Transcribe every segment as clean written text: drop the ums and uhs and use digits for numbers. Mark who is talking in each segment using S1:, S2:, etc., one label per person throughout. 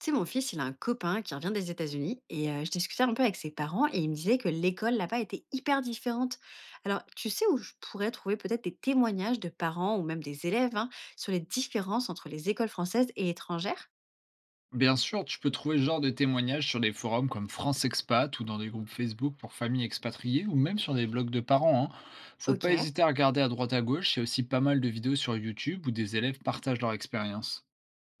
S1: Tu sais, mon fils, il a un copain qui revient des États-Unis et je discutais un peu avec ses parents et il me disait que l'école là-bas était hyper différente. Alors, tu sais où je pourrais trouver peut-être des témoignages de parents ou même des élèves, hein, sur les différences entre les écoles françaises et étrangères.
S2: Bien sûr, tu peux trouver ce genre de témoignages sur des forums comme France Expat ou dans des groupes Facebook pour familles expatriées ou même sur des blogs de parents, hein. Faut
S1: Ok.
S2: pas hésiter à regarder à droite à gauche, il y a aussi pas mal de vidéos sur YouTube où des élèves partagent leur expérience.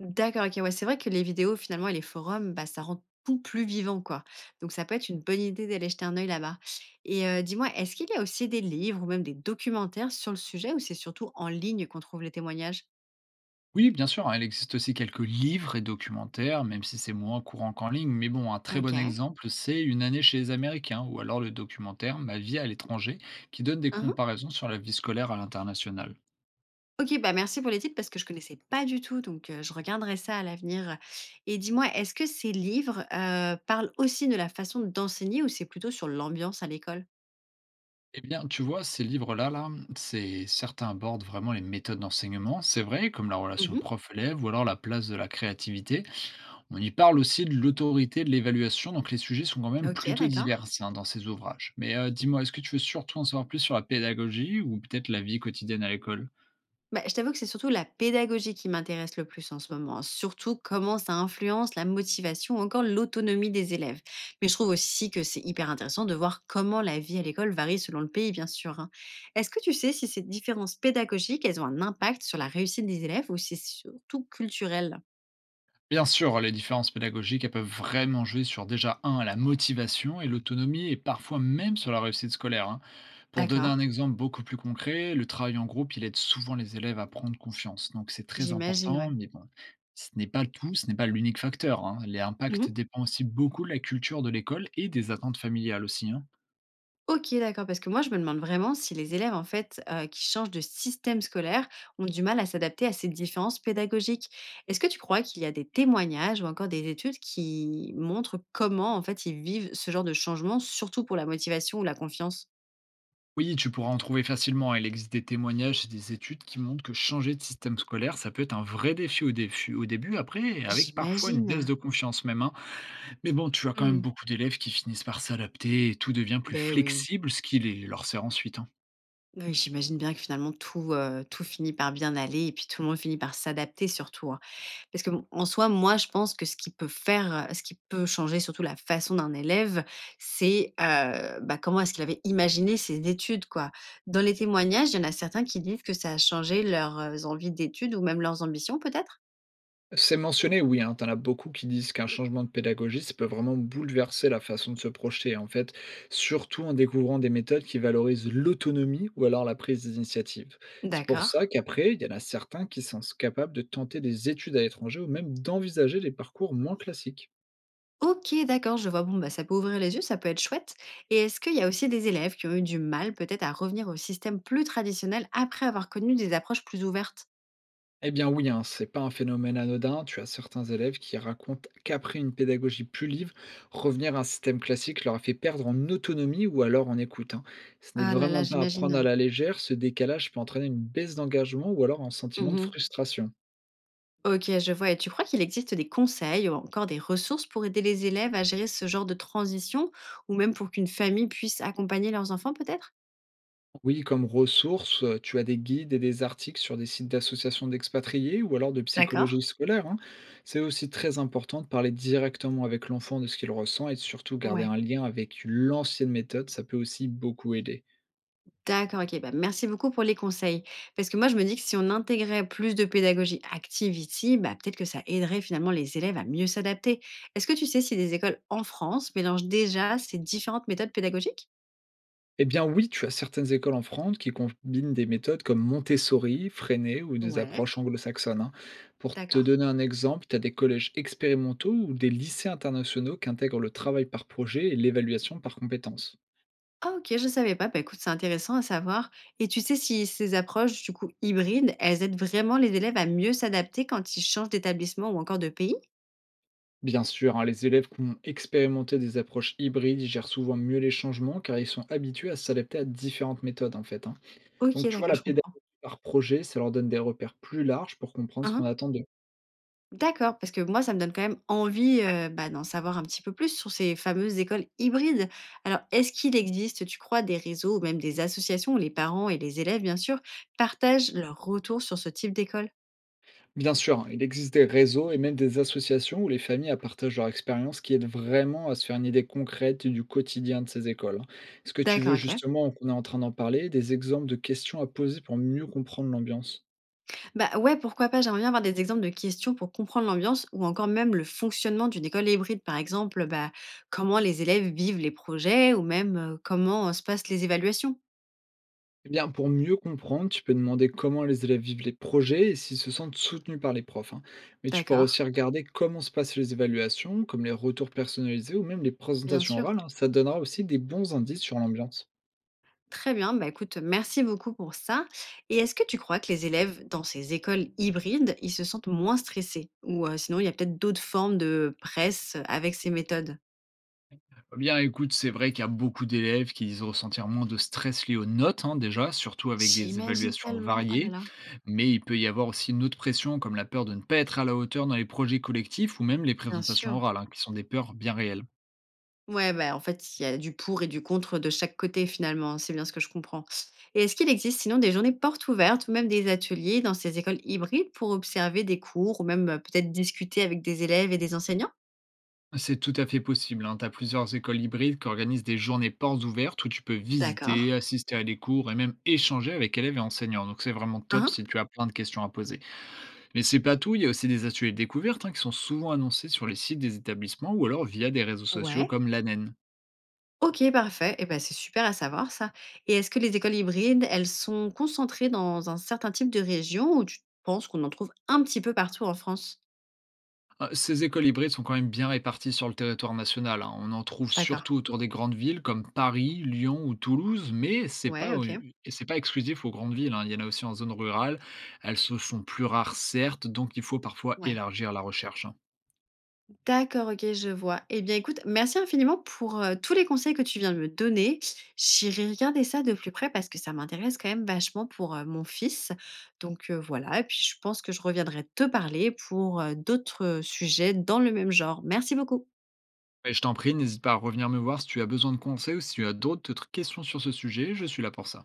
S1: D'accord, ok. Ouais, c'est vrai que les vidéos finalement et les forums, bah, ça rend tout plus vivant, quoi. Donc, ça peut être une bonne idée d'aller jeter un œil là-bas. Et dis-moi, est-ce qu'il y a aussi des livres ou même des documentaires sur le sujet, ou c'est surtout en ligne qu'on trouve les témoignages?
S2: Oui, bien sûr, hein, il existe aussi quelques livres et documentaires, même si c'est moins courant qu'en ligne, mais bon, un très
S1: Ok.
S2: bon exemple, c'est Une année chez les Américains ou alors le documentaire Ma vie à l'étranger qui donne des comparaisons sur la vie scolaire à l'international.
S1: OK, bah, merci pour les titres parce que je connaissais pas du tout, donc je regarderai ça à l'avenir. Et dis-moi, est-ce que ces livres, parlent aussi de la façon d'enseigner ou c'est plutôt sur l'ambiance à l'école?
S2: Eh bien, tu vois, ces livres-là, là, c'est certains abordent vraiment les méthodes d'enseignement, c'est vrai, comme la relation
S1: Mmh.
S2: prof-élève ou alors la place de la créativité. On y parle aussi de l'autorité, de l'évaluation, donc les sujets sont quand même
S1: OK,
S2: plutôt divers,
S1: d'accord.
S2: hein, dans ces ouvrages. Mais dis-moi, est-ce que tu veux surtout en savoir plus sur la pédagogie ou peut-être la vie quotidienne à l'école?
S1: Bah, je t'avoue que c'est surtout la pédagogie qui m'intéresse le plus en ce moment, hein. Surtout comment ça influence la motivation ou encore l'autonomie des élèves. Mais je trouve aussi que c'est hyper intéressant de voir comment la vie à l'école varie selon le pays, bien sûr, hein. Est-ce que tu sais si ces différences pédagogiques, elles ont un impact sur la réussite des élèves ou c'est surtout culturel?
S2: Bien sûr, les différences pédagogiques, elles peuvent vraiment jouer sur déjà, un, la motivation et l'autonomie, et parfois même sur la réussite scolaire, hein. Pour donner
S1: D'accord,
S2: un exemple beaucoup plus concret, le travail en groupe, il aide souvent les élèves à prendre confiance. Donc c'est très
S1: j'imagine,
S2: important,
S1: ouais.
S2: mais bon, ce n'est pas le tout, ce n'est pas l'unique facteur, hein. Les impacts
S1: Mhm.
S2: dépendent aussi beaucoup de la culture de l'école et des attentes familiales aussi, hein.
S1: OK, d'accord, parce que moi, je me demande vraiment si les élèves, en fait, qui changent de système scolaire ont du mal à s'adapter à ces différences pédagogiques. Est-ce que tu crois qu'il y a des témoignages ou encore des études qui montrent comment, en fait, ils vivent ce genre de changement, surtout pour la motivation ou la confiance?
S2: Oui, tu pourras en trouver facilement. Il existe des témoignages et des études qui montrent que changer de système scolaire, ça peut être un vrai défi au début, après, avec parfois une baisse
S1: J'imagine.
S2: de confiance même, hein. Mais bon, tu as quand même
S1: Mmh.
S2: beaucoup d'élèves qui finissent par s'adapter et tout devient plus
S1: Beh, oui.
S2: flexible, ce qui leur sert ensuite, hein.
S1: Oui, j'imagine bien que finalement tout, tout finit par bien aller et puis tout le monde finit par s'adapter surtout, hein. Parce que, bon, en soi, moi, je pense que ce qui peut faire, ce qui peut changer surtout la façon d'un élève, c'est, bah, comment est-ce qu'il avait imaginé ses études, quoi. Dans les témoignages, il y en a certains qui disent que ça a changé leurs, envies d'études ou même leurs ambitions, peut-être?
S2: C'est mentionné, oui, hein, tu as beaucoup qui disent qu'un changement de pédagogie, ça peut vraiment bouleverser la façon de se projeter, en fait, surtout en découvrant des méthodes qui valorisent l'autonomie ou alors la prise d'initiative. C'est pour
S1: D'accord.
S2: ça qu'après, il y en a certains qui sont capables de tenter des études à l'étranger ou même d'envisager des parcours moins classiques.
S1: OK, d'accord, je vois. Bon, bah, ça peut ouvrir les yeux, ça peut être chouette. Et est-ce qu'il y a aussi des élèves qui ont eu du mal, peut-être, à revenir au système plus traditionnel après avoir connu des approches plus ouvertes?
S2: Eh bien oui, hein, c'est pas un phénomène anodin. Tu as certains élèves qui racontent qu'après une pédagogie plus libre, revenir à un système classique leur a fait perdre en autonomie ou alors en écoute, hein. Ce n'est
S1: Ah là là,
S2: vraiment pas à
S1: j'imagine,
S2: prendre à
S1: heu.
S2: la légère. Ce décalage peut entraîner une baisse d'engagement ou alors un sentiment de
S1: Mmh.
S2: frustration.
S1: Ok, je vois. Et tu crois qu'il existe des conseils ou encore des ressources pour aider les élèves à gérer ce genre de transition ou même pour qu'une famille puisse accompagner leurs enfants, peut-être?
S2: Oui, comme ressources, tu as des guides et des articles sur des sites d'associations d'expatriés ou alors de
S1: D'accord.
S2: psychologie scolaire, hein. C'est aussi très important de parler directement avec l'enfant de ce qu'il ressent et de surtout garder
S1: Ouais.
S2: un lien avec l'ancienne méthode. Ça peut aussi beaucoup aider.
S1: D'accord, ok. Bah, merci beaucoup pour les conseils. Parce que moi, je me dis que si on intégrait plus de pédagogie active ici, bah, peut-être que ça aiderait finalement les élèves à mieux s'adapter. Est-ce que tu sais si des écoles en France mélangent déjà ces différentes méthodes pédagogiques?
S2: Eh bien oui, tu as certaines écoles en France qui combinent des méthodes comme Montessori, Freinet ou des
S1: Ouais.
S2: approches anglo-saxonnes, hein. Pour te
S1: D'accord.
S2: donner un exemple, tu as des collèges expérimentaux ou des lycées internationaux qui intègrent le travail par projet et l'évaluation par compétences.
S1: Ah OK, je savais pas. Bah, écoute, c'est intéressant à savoir. Et tu sais si ces approches, du coup, hybrides, elles aident vraiment les élèves à mieux s'adapter quand ils changent d'établissement ou encore de pays?
S2: Bien sûr, hein, les élèves qui ont expérimenté des approches hybrides ils gèrent souvent mieux les changements car ils sont habitués à s'adapter à différentes méthodes en fait, hein.
S1: OK,
S2: Donc tu vois,
S1: d'accord,
S2: la
S1: je
S2: pédagogie
S1: comprends.
S2: par projet, ça leur donne des repères plus larges pour comprendre
S1: Hein,
S2: ce qu'on
S1: hein.
S2: attend de
S1: D'accord, parce que moi, ça me donne quand même envie, bah, d'en savoir un petit peu plus sur ces fameuses écoles hybrides. Alors, est-ce qu'il existe, tu crois, des réseaux ou même des associations où les parents et les élèves, bien sûr, partagent leurs retours sur ce type d'école?
S2: Bien sûr, hein, il existe des réseaux et même des associations où les familles partagent leur expérience qui aident vraiment à se faire une idée concrète du quotidien de ces écoles, hein. Est-ce que tu veux
S1: D'accord, OK.
S2: justement qu'on est en train d'en parler, des exemples de questions à poser pour mieux comprendre l'ambiance?
S1: Bah ouais, pourquoi pas. J'aimerais bien avoir des exemples de questions pour comprendre l'ambiance ou encore même le fonctionnement d'une école hybride, par exemple, bah, comment les élèves vivent les projets ou même comment se passent les évaluations.
S2: Eh bien, pour mieux comprendre, tu peux demander comment les élèves vivent les projets et s'ils se sentent soutenus par les profs, hein. Mais tu pourras
S1: D'accord,
S2: aussi regarder comment se passent les évaluations, comme les retours personnalisés ou même les
S1: bien
S2: présentations
S1: sûr.
S2: orales, hein. Ça te donnera aussi des bons indices sur l'ambiance.
S1: Très bien, bah écoute, merci beaucoup pour ça. Et est-ce que tu crois que les élèves dans ces écoles hybrides, ils se sentent moins stressés? Ou sinon, il y a peut-être d'autres formes de presse avec ces méthodes?
S2: Eh bien, écoute, c'est vrai qu'il y a beaucoup d'élèves qui disent ressentir moins de stress lié aux notes, hein, déjà, surtout avec des
S1: J'imagine
S2: évaluations
S1: tellement, oh là
S2: variées,
S1: là,
S2: mais il peut y avoir aussi une autre pression, comme la peur de ne pas être à la hauteur dans les projets collectifs ou même les
S1: bien
S2: présentations
S1: sûr.
S2: orales, hein, qui sont des peurs bien réelles.
S1: Ouais, bah, en fait, il y a du pour et du contre de chaque côté finalement, c'est bien ce que je comprends. Et est-ce qu'il existe sinon des journées portes ouvertes ou même des ateliers dans ces écoles hybrides pour observer des cours ou même peut-être discuter avec des élèves et des enseignants?
S2: C'est tout à fait possible, hein. Tu as plusieurs écoles hybrides qui organisent des journées portes ouvertes où tu peux
S1: D'accord.
S2: visiter, assister à des cours et même échanger avec élèves et enseignants, donc c'est vraiment top
S1: Hein?
S2: si tu as plein de questions à poser. Mais c'est pas tout, il y a aussi des ateliers découvertes, hein, qui sont souvent annoncés sur les sites des établissements ou alors via des réseaux sociaux
S1: Ouais.
S2: comme l'ANEN.
S1: Ok, parfait. Et ben, c'est super à savoir ça. Et est-ce que les écoles hybrides, elles sont concentrées dans un certain type de région ou tu penses qu'on en trouve un petit peu partout en France?
S2: Ces écoles hybrides sont quand même bien réparties sur le territoire national, hein. On en trouve
S1: D'accord.
S2: surtout autour des grandes villes comme Paris, Lyon ou Toulouse, mais c'est
S1: Ouais,
S2: pas,
S1: ok.
S2: et c'est pas exclusif aux grandes villes, hein. Il y en a aussi en zone rurale. Elles se sont plus rares, certes, donc il faut parfois
S1: Ouais.
S2: élargir la recherche, hein.
S1: D'accord, OK, je vois. Eh bien, écoute, merci infiniment pour, tous les conseils que tu viens de me donner. J'irai regarder ça de plus près parce que ça m'intéresse quand même vachement pour, mon fils. Donc, voilà, et puis je pense que je reviendrai te parler pour, d'autres, sujets dans le même genre. Merci beaucoup.
S2: Et je t'en prie, n'hésite pas à revenir me voir si tu as besoin de conseils ou si tu as d'autres questions sur ce sujet, je suis là pour ça.